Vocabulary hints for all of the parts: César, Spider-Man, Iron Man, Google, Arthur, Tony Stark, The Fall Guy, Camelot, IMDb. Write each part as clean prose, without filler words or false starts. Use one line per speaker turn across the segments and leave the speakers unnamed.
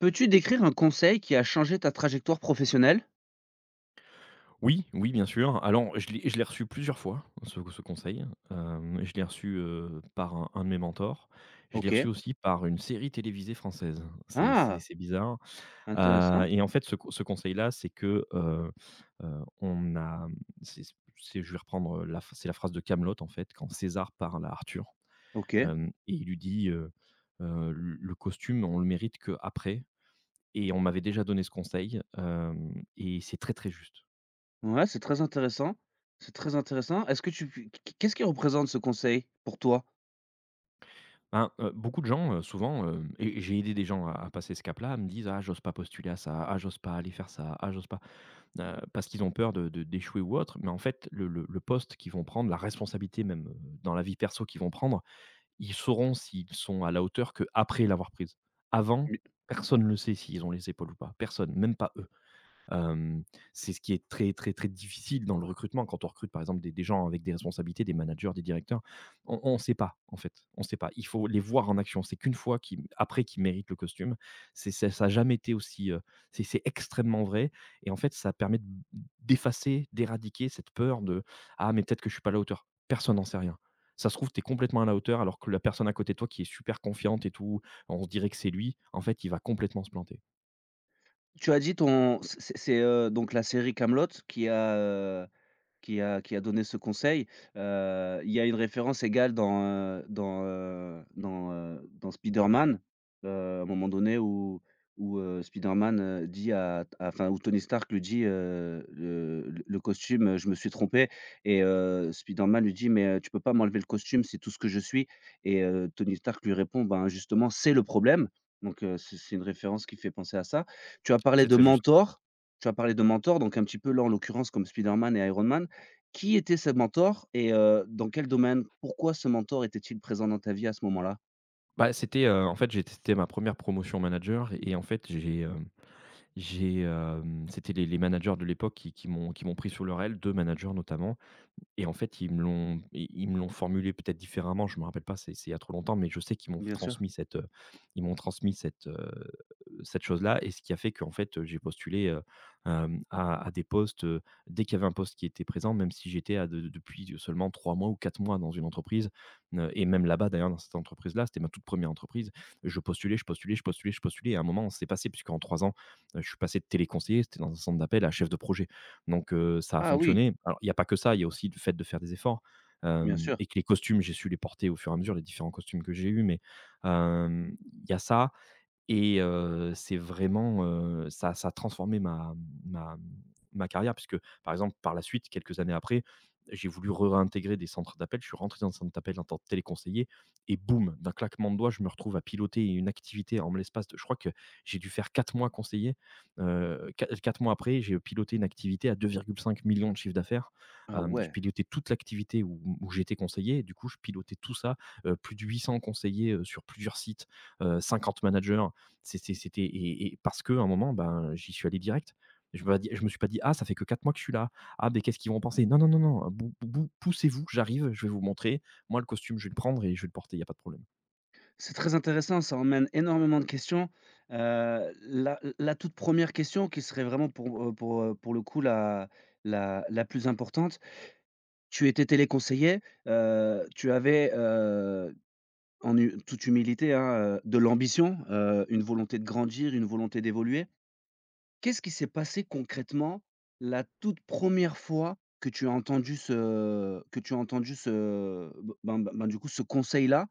Peux-tu décrire un conseil qui a changé ta trajectoire professionnelle?
Oui, oui, bien sûr. Alors, je l'ai reçu plusieurs fois, ce conseil. Je l'ai reçu, par un de mes mentors. Je l'ai
OK.
reçu aussi par une série télévisée française. C'est c'est
Ah!
c'est bizarre.
Intéressant.
Et en fait, ce conseil-là, c'est que, on a, c'est c'est je vais reprendre, la ph c'est la phrase de Camelot en fait, quand César parle à Arthur.
OK.
Hem Et il lui dit, «Le costume, on le mérite qu'après.» Et on m'avait déjà donné ce conseil. Hem Et c'est très, très juste.
Ouais, c'est très intéressant. C'est très intéressant. Est-ce que tu pu qu qu'est-ce qui représente ce conseil pour toi?
Ben, beaucoup de gens, souvent, et j'ai aidé des gens à passer ce cap-là, me disent: «Ah, j'ose pas postuler à ça. Ah, j'ose pas aller faire ça. Ah, j'ose pas», parce qu'ils ont peur de d'échouer ou autre. Mais en fait, le poste qu'ils vont prendre, la responsabilité même, dans la vie perso qu'ils vont prendre, ils sauront s'ils sont à la hauteur qu'après l'avoir prise. Avant,
Mais-
personne ne le sait s'ils ont les épaules ou pas, personne, même pas eux. Hem, c'est ce qui est très, très, très difficile dans le recrutement quand on recrute par exemple des gens avec des responsabilités, des managers, des directeurs. On ne sait pas en fait, on sait pas. Il faut les voir en action. C'est qu'une fois qu'ils après qu'ils méritent le costume. C'est Ça n'a jamais été aussi, c'est extrêmement vrai et en fait ça permet d'effacer, d'éradiquer cette peur de: «Ah mais peut-être que je suis pas à la hauteur.» Personne n'en sait rien. Ça se trouve, tu es complètement à la hauteur alors que la personne à côté de toi qui est super confiante et tout, on se dirait que c'est lui, en fait, il va complètement se planter.
Tu as dit donc la série Camelot qui a donné ce conseil. Il y a une référence égale dans Spider-Man, à un moment donné où, Spider-Man, dit à t enfin, où Tony Stark lui dit: «Le costume, je me suis trompé» et Spider-Man lui dit: «Mais, tu peux pas m'enlever le costume, c'est tout ce que je suis» et Tony Stark lui répond: «Ben, justement, c'est le problème». Donc, c'est une référence qui fait penser à ça. Tu as parlé
C'est
de
très juste.
mentor tu as parlé de mentor, donc un petit peu là, en l'occurrence, comme Spider-Man et Iron Man. Qui était ce mentor et dans quel domaine? Pourquoi ce mentor était-il présent dans ta vie à ce moment-là?
Bah, c'était, en fait, j'ai c'était ma première promotion manager et en fait, c'était les managers de l'époque qui m'ont pris sous leur aile, 2 managers notamment. Et en fait, ils me l'ont formulé peut-être différemment, je me rappelle pas, c'est il y a trop longtemps, mais je sais qu'ils m'ont
Bien sûr.
transmis cette, ils m'ont transmis cette, cette chose-là, et ce qui a fait qu'en fait, j'ai postulé, à des postes, dès qu'il y avait un poste qui était présent, même si j'étais à de depuis seulement 3 mois ou 4 mois dans une entreprise. Et même là-bas d'ailleurs dans cette entreprise-là, c'était ma toute première entreprise. Je postulais, je postulais, je postulais, je postulais et à un moment, on s'est passé puisqu'en 3 ans, je suis passé de téléconseiller, c'était dans un centre d'appel, à chef de projet, donc ça a
Ah oui,
fonctionné. Alors il n'y a pas que ça, il y a aussi le fait de faire des efforts,
bien
hem
sûr.
et que les costumes, j'ai su les porter au fur et à mesure, les différents costumes que j'ai eus, mais il y a ça. Et c'est vraiment, ça a transformé ma ma ma carrière puisque, par exemple, par la suite, quelques années après, j'ai voulu re réintégrer des centres d'appels. Je suis rentré dans un centre d'appels en tant que téléconseiller et boum, d'un claquement de doigts, je me retrouve à piloter une activité en l'espace de, je crois que j'ai dû faire 4 mois conseiller. Qua 4 mois après, j'ai piloté une activité à 2,5 000 000 de chiffre d'affaires.
Ah
Je
ouais.
pilotais toute l'activité où j'étais conseiller. Du coup, je pilotais tout ça, plus de 800 conseillers, sur plusieurs sites, 50 managers. C'était. Et parce que à un moment, ben, j'y suis allé direct. Je me suis pas dit: «Ah, ça fait que 4 mois que je suis là. Ah, mais qu'est-ce qu'ils vont en penser?» Non, non, non, non, bou bou bou poussez-vous, j'arrive, je vais vous montrer. Moi, le costume, je vais le prendre et je vais le porter, il y a pas de problème.
C'est très intéressant, ça emmène énormément de questions. La toute première question qui serait vraiment pour le coup la plus importante. Tu étais téléconseiller, tu avais, en hu toute humilité, hein, de l'ambition, une volonté de grandir, une volonté d'évoluer. Qu'est-ce qui s'est passé concrètement la toute première fois que tu as entendu ce b ben ben ben, du coup, ce conseil-là?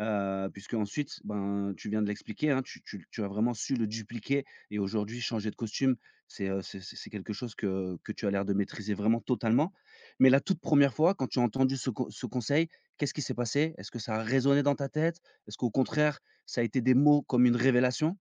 Puisque ensuite ben, tu viens de l'expliquer, hein, tu as vraiment su le dupliquer et aujourd'hui changer de costume, c'est quelque chose que tu as l'air de maîtriser vraiment totalement. Mais la toute première fois, quand tu as entendu ce conseil, qu'est-ce qui s'est passé? Est-ce que ça a résonné dans ta tête? Est-ce qu'au contraire, ça a été des mots comme une révélation?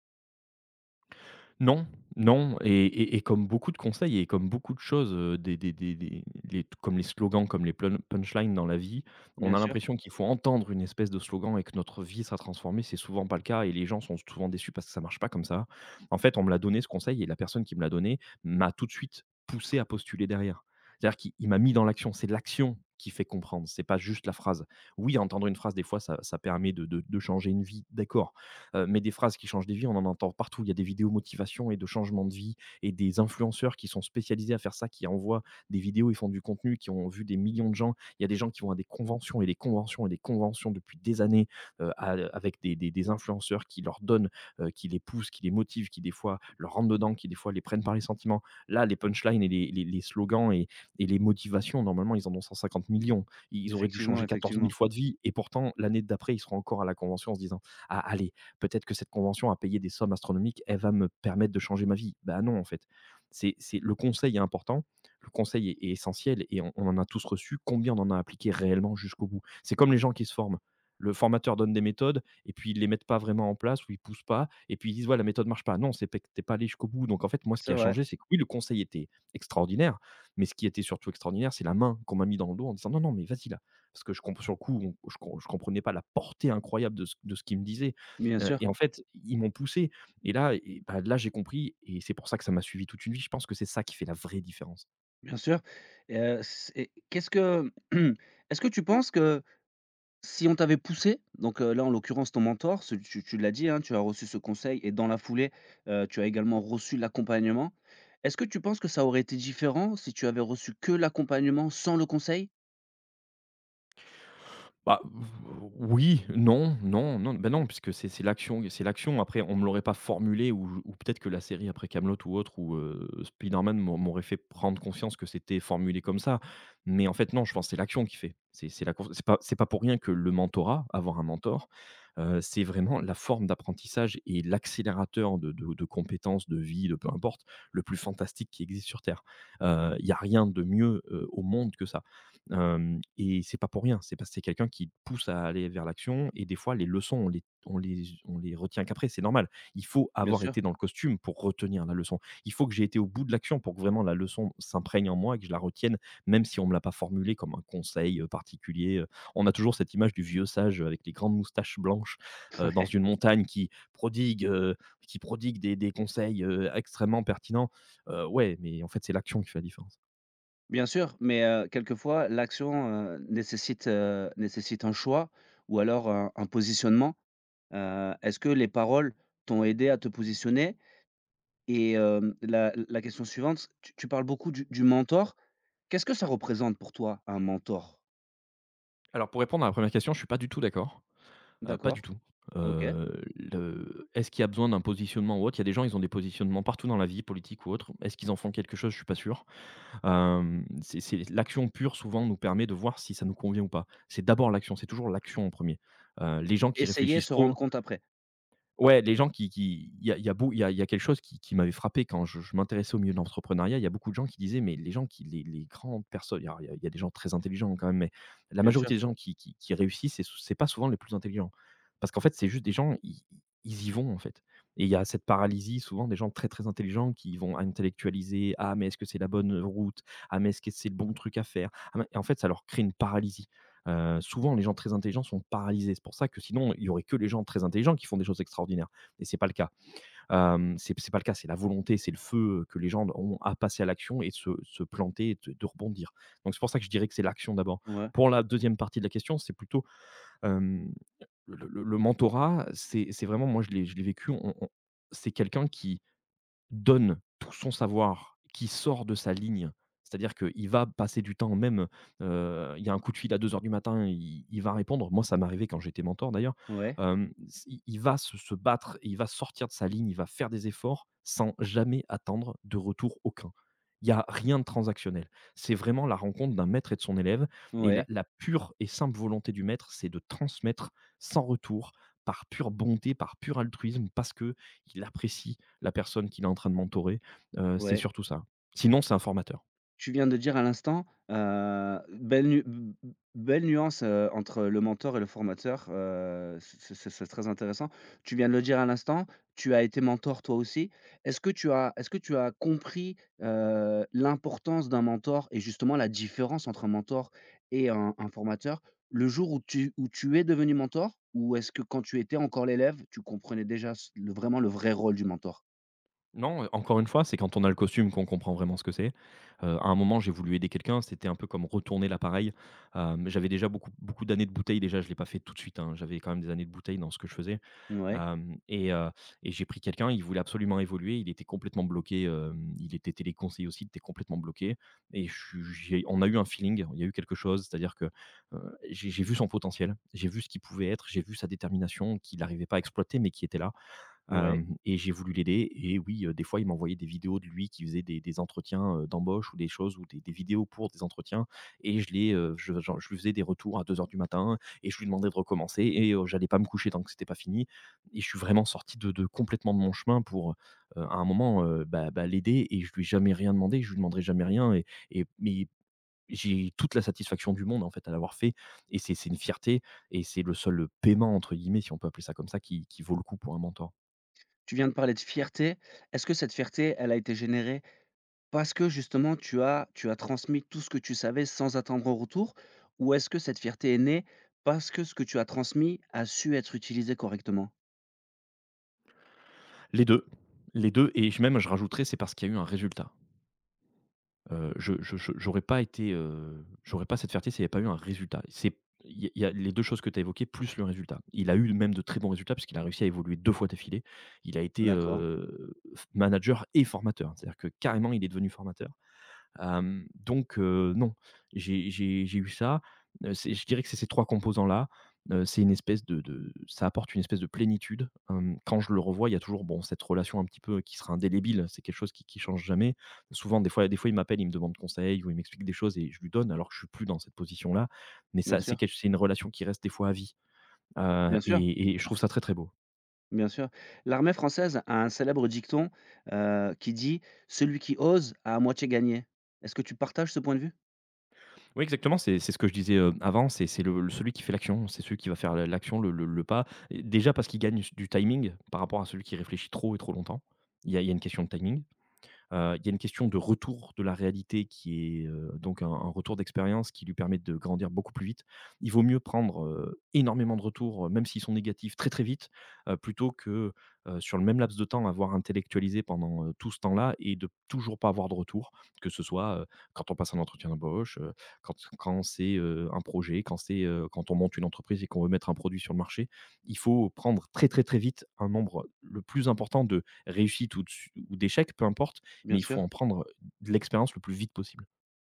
Non, non, et comme beaucoup de conseils et comme beaucoup de choses, des les comme les slogans, comme les plun punchlines dans la vie, on
Bien
a
sûr,
l'impression qu'il faut entendre une espèce de slogan et que notre vie sera transformée. C'est souvent pas le cas et les gens sont souvent déçus parce que ça marche pas comme ça. En fait, on me l'a donné ce conseil, et la personne qui me l'a donné m'a tout de suite poussé à postuler derrière. C'est-à-dire qu'il il m'a mis dans l'action. C'est l'action qui fait comprendre, c'est pas juste la phrase. Oui, entendre une phrase des fois, ça permet de changer une vie, d'accord. Mais des phrases qui changent des vies, on en entend partout. Il y a des vidéos motivation et de changement de vie, et des influenceurs qui sont spécialisés à faire ça, qui envoient des vidéos, ils font du contenu, qui ont vu des millions de gens. Il y a des gens qui vont à des conventions et des conventions et des conventions depuis des années, à avec des influenceurs qui leur donnent, qui les poussent, qui les motivent, qui des fois leur rentrent dedans, qui des fois les prennent par les sentiments. Là, les punchlines et les slogans et les motivations, normalement, ils en ont 150 000 millions. Ils auraient dû
effectivement,
changer 14
effectivement.
000 fois de vie et pourtant, l'année d'après, ils seront encore à la convention en se disant: «Ah allez, peut-être que cette convention à payer des sommes astronomiques, elle va me permettre de changer ma vie.» Bah non, en fait. C'est Le conseil est important, le conseil est essentiel, et on en a tous reçu. Combien on en a appliqué réellement jusqu'au bout? C'est comme les gens qui se forment. Le formateur donne des méthodes et puis ils ne les mettent pas vraiment en place ou ils ne poussent pas, et puis ils disent ouais, la méthode ne marche pas. Non, c'est pas que t'es pas allé jusqu'au bout. Donc en fait, moi, ce
C'est
qui a
vrai.
changé, c'est que oui, le conseil était extraordinaire, mais ce qui était surtout extraordinaire, c'est la main qu'on m'a mis dans le dos en disant non, non, mais vas-y là, parce que je comp- sur le coup on- je, com- je comprenais pas la portée incroyable de ce qu'il me disait.
Bien sûr,
Et en fait, ils m'ont poussé et là, et bah, là, j'ai compris, et c'est pour ça que ça m'a suivi toute une vie. Je pense que c'est ça qui fait la vraie différence.
bien sûr. Et, c'est qu'est-ce que est-ce que tu penses que si on t'avait poussé, donc là, en l'occurrence, ton mentor, ce tu tu l'as dit, hein, tu as reçu ce conseil et dans la foulée, tu as également reçu l'accompagnement. Est-ce que tu penses que ça aurait été différent si tu avais reçu que l'accompagnement sans le conseil?
Bah, oui, non, non, non, ben non, puisque c'est l'action, c'est l'action. Après, on me l'aurait pas formulé, ou peut-être que la série après Camelot ou autre, ou Spider-Man m'aurait fait prendre conscience que c'était formulé comme ça. Mais en fait, non, je pense que c'est l'action qui fait. C'est la con c'est pas C'est pas pour rien que le mentorat, avoir un mentor, c'est vraiment la forme d'apprentissage et l'accélérateur de compétences, de vie, de peu importe, le plus fantastique qui existe sur terre. Il y a rien de mieux, au monde que ça. Hem Et c'est pas pour rien, c'est parce que c'est quelqu'un qui te pousse à aller vers l'action, et des fois les leçons, on les retient qu'après, c'est normal. Il faut
Bien
avoir été
sûr,
dans le costume pour retenir la leçon. Il faut que j'ai été au bout de l'action pour que vraiment la leçon s'imprègne en moi et que je la retienne, même si on ne me l'a pas formulée comme un conseil, particulier. On a toujours cette image du vieux sage, avec les grandes moustaches blanches, dans une montagne qui prodigue, des conseils, extrêmement pertinents. Ouais, mais en fait, c'est l'action qui fait la différence.
bien sûr, mais quelquefois l'action, nécessite un choix ou alors un positionnement. Est-ce que les paroles t'ont aidé à te positionner? Et hem, la la question suivante, tu parles beaucoup du mentor. Qu'est-ce que ça représente pour toi, un mentor?
Alors, pour répondre à la première question, je suis pas du tout d'accord. Pas
D'accord,
du tout.
OK.
Le Est-ce qu'il y a besoin d'un positionnement ou autre? Il y a des gens, ils ont des positionnements partout dans la vie, politique ou autre. Est-ce qu'ils en font quelque chose? Je suis pas sûr. Hem, c'est l'action pure, souvent, nous permet de voir si ça nous convient ou pas. C'est d'abord l'action, c'est toujours l'action en premier. Er Les gens qui
Essayer,
réfléchissent
se rendre
trop.
compte après.
Ouais, les gens qui il y a beau il y a quelque chose qui m'avait frappé quand je m'intéressais au milieu de l'entrepreneuriat. Il y a beaucoup de gens qui disaient: «Mais les gens qui les grandes personnes» alors il y a des gens très intelligents quand même, mais la
Bien sûr.
majorité des gens qui réussissent, c'est sou c'est pas souvent les plus intelligents. Parce qu'en fait, c'est juste des gens, ils y vont, en fait. Et il y a cette paralysie souvent des gens très, très intelligents qui vont intellectualiser: «Ah mais est-ce que c'est la bonne, route? Ah mais est-ce que c'est le bon truc à faire? Ah mais» et en fait, ça leur crée une paralysie. Souvent, les gens très intelligents sont paralysés. C'est pour ça que sinon, il y aurait que les gens très intelligents qui font des choses extraordinaires et c'est pas le cas. Hem, c'est pas le cas, c'est la volonté, c'est le feu, que les gens ont à passer à l'action et de se planter et de rebondir. Donc c'est pour ça que je dirais que c'est l'action d'abord.
Ouais,
Pour la deuxième partie de la question, c'est plutôt, hem, le mentorat, c'est vraiment moi je l'ai vécu, on c'est quelqu'un qui donne tout son savoir qui sort de sa ligne, c'est-à-dire qu'il va passer du temps même, il y a un coup de fil à 2 heures du matin, il va répondre. Moi, ça m'est arrivé quand j'étais mentor d'ailleurs,
ouais,
hem, il va se battre, il va sortir de sa ligne, il va faire des efforts sans jamais attendre de retour aucun. Il y a rien de transactionnel. C'est vraiment la rencontre d'un maître et de son élève et la
ouais,
la pure et simple volonté du maître, c'est de transmettre sans retour, par pure bonté, par pur altruisme, parce que il apprécie la personne qu'il est en train de mentorer, c'est
ouais.
surtout ça. Sinon, c'est un formateur.
Tu viens de dire à l'instant, belle nu b b belle nuance, entre le mentor et le formateur, c c'est très intéressant. Tu viens de le dire à l'instant, tu as été mentor toi aussi. Est-ce que tu as compris, l'importance d'un mentor et justement la différence entre un mentor et un formateur le jour où tu es devenu mentor? Ou est-ce que quand tu étais encore l'élève, tu comprenais déjà s le vraiment le vrai rôle du mentor?
Non, encore une fois, c'est quand on a le costume qu'on comprend vraiment ce que c'est. À un moment, j'ai voulu aider quelqu'un, c'était un peu comme retourner l'appareil. J'avais déjà beaucoup d'années de bouteille déjà, je ne l'ai pas fait tout de suite, hein, j'avais quand même des années de bouteille dans ce que je faisais.
ouais
Hem et j'ai pris quelqu'un, il voulait absolument évoluer, il était complètement bloqué, il était téléconseiller aussi, il était complètement bloqué et je j'ai on a eu un feeling, il y a eu quelque chose, c'est-à-dire que, j'ai vu son potentiel, j'ai vu ce qu'il pouvait être, j'ai vu sa détermination qu'il arrivait pas à exploiter mais qui était là.
ouais.
Hem et J'ai voulu l'aider et oui, des fois, il m'envoyait des vidéos de lui qui faisait des entretiens, d'embauche ou des choses ou des vidéos pour des entretiens et je les, je genre, je lui faisais des retours à 2 heures du matin et je lui demandais de recommencer et j'allais pas me coucher tant que c'était pas fini et je suis vraiment sorti de complètement de mon chemin pour, à un moment, l'aider et je lui ai jamais rien demandé, je lui demanderai jamais rien et et mais j'ai toute la satisfaction du monde, en fait, à l'avoir fait et c'est une fierté et c'est le seul, «paiement» entre guillemets, si on peut appeler ça comme ça, qui vaut le coup pour un mentor.
Tu viens de parler de fierté. Est-ce que cette fierté, elle a été générée parce que justement tu as transmis tout ce que tu savais sans attendre en retour? Ou est-ce que cette fierté est née parce que ce que tu as transmis a su être utilisé correctement?
Les 2, les 2 et je même je rajouterais c'est parce qu'il y a eu un résultat. Je J'aurais pas été, j'aurais pas cette fierté s'il n'y avait pas eu un résultat. C'est il y a les 2 choses que tu as évoquées plus le résultat. Il a eu même de très bons résultats puisqu'il a réussi à évoluer 2 fois d'affilée. Il a été,
D'accord,
f manager et formateur. C'est-à-dire que carrément il est devenu formateur. Hem, donc Non, j'ai eu ça, c'est je dirais que c'est ces 3 composants-là, c'est une espèce de ça apporte une espèce de plénitude, quand je le revois, il y a toujours, bon, cette relation un petit peu qui sera indélébile, c'est quelque chose qui change jamais. Souvent, des fois, il m'appelle, il me demande conseil ou il m'explique des choses et je lui donne alors que je suis plus dans cette position-là, mais
bien
ça,
sûr,
c'est une relation qui reste des fois à vie,
bien sûr,
et je trouve ça très, très beau.
bien sûr. L'armée française a un célèbre dicton, qui dit: «Celui qui ose a à moitié gagné». Est-ce que tu partages ce point de vue?
Oui, exactement, c'est ce que je disais, avant, celui qui fait l'action, c'est celui qui va faire le l'action, le pas. Et déjà parce qu'il gagne du timing par rapport à celui qui réfléchit trop et trop longtemps. Il y a une question de timing. Il y a une question de retour de la réalité qui est, donc un retour d'expérience qui lui permet de grandir beaucoup plus vite. Il vaut mieux prendre, énormément de retours, même s'ils sont négatifs, très, très vite, plutôt que, sur le même laps de temps, avoir intellectualisé pendant, tout ce temps-là et de toujours pas avoir de retour. Que ce soit, quand on passe un entretien d'embauche, quand c'est, un projet, quand c'est, quand on monte une entreprise et qu'on veut mettre un produit sur le marché. Il faut prendre très, très, très vite un nombre le plus important de réussites ou de su ou d'échecs, peu importe
Bien
mais il
sûr.
faut en prendre de l'expérience le plus vite possible.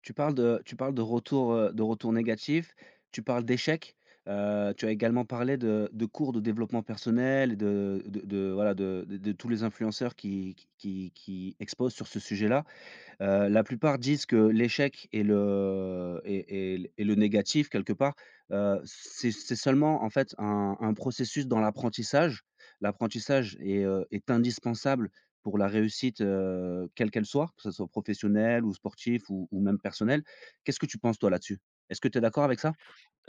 Tu parles de retour, de retour négatif, tu parles d'échecs, tu as également parlé de cours de développement personnel et de voilà, de tous les influenceurs qui exposent sur ce sujet-là. La plupart disent que l'échec et le négatif quelque part, c'est seulement en fait un processus dans l'apprentissage. L'apprentissage est indispensable pour la réussite, quelle qu'elle soit, que ce soit professionnelle ou sportif ou même personnelle. Qu'est-ce que tu penses toi là-dessus? Est-ce que tu es d'accord avec ça?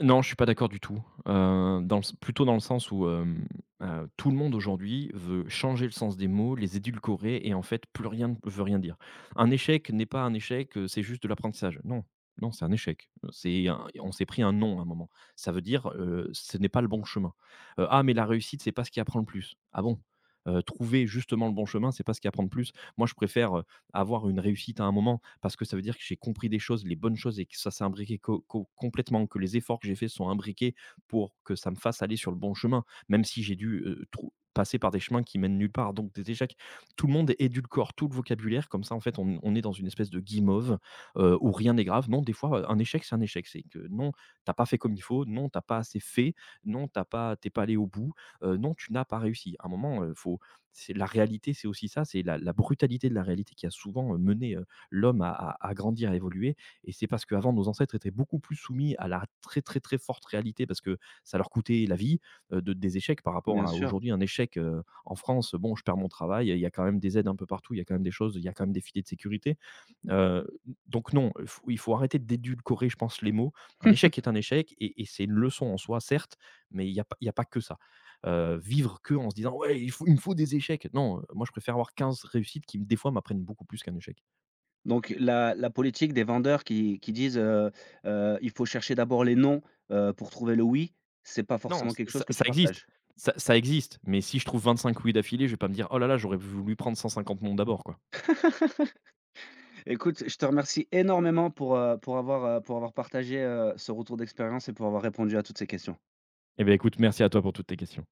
Non, je suis pas d'accord du tout, dans le s plutôt dans le sens où, tout le monde aujourd'hui veut changer le sens des mots, les édulcorer et en fait plus rien ne veut rien dire. Un échec n'est pas un échec, c'est juste de l'apprentissage. Non, non, c'est un échec. C'est un On s'est pris un non à un moment. Ça veut dire, ce n'est pas le bon chemin. Mais la réussite, c'est pas ce qui apprend le plus. Ah bon? Trouver justement le bon chemin, c'est pas ce qui apprend le plus. Moi, je préfère, avoir une réussite à un moment parce que ça veut dire que j'ai compris des choses, les bonnes choses et que ça s'est complètement, que les efforts que j'ai faits sont imbriqués pour que ça me fasse aller sur le bon chemin, même si j'ai dû passer par des chemins qui mènent nulle part. Donc des échecs, tout le monde édulcore tout le vocabulaire, comme ça en fait on est dans une espèce de guimauve où rien n'est grave. Non, des fois un échec, c'est que non, t'as pas fait comme il faut, non, t'as pas assez fait, non, t'es pas allé au bout, non, tu n'as pas réussi. À un moment, c'est la réalité, c'est aussi ça, c'est la brutalité de la réalité qui a souvent mené l'homme a grandi, a évolué et c'est parce qu'avant nos ancêtres étaient beaucoup plus soumis à la très, très, très forte réalité parce que ça leur coûtait la vie, de des échecs par rapport
Bien
à
sûr.
aujourd'hui un échec, en France, bon je perds mon travail, il y a quand même des aides un peu partout, il y a quand même des choses, il y a quand même des filets de sécurité, heu, donc non, il faut arrêter d'édulcorer je pense les mots. Un échec est un échec et c'est une leçon en soi certes, mais il y a pas que ça. Vivre que en se disant: «Ouais, il me faut des échecs». Non, moi je préfère avoir 15 réussites qui, des fois, m'apprennent beaucoup plus qu'un échec.
Donc la politique des vendeurs qui disent: «Il faut chercher d'abord les non, pour trouver le oui», c'est pas
Non,
forcément
ç
quelque chose
ça
que
ça
tu
existe.
partages.
Ça existe, mais si je trouve 25 oui d'affilée, je vais pas me dire: «Oh là là, j'aurais voulu prendre 150 non d'abord», quoi.
Écoute, je te remercie énormément pour avoir partagé, ce retour d'expérience et pour avoir répondu à toutes ces questions.
Eh bien écoute, merci à toi pour toutes tes questions.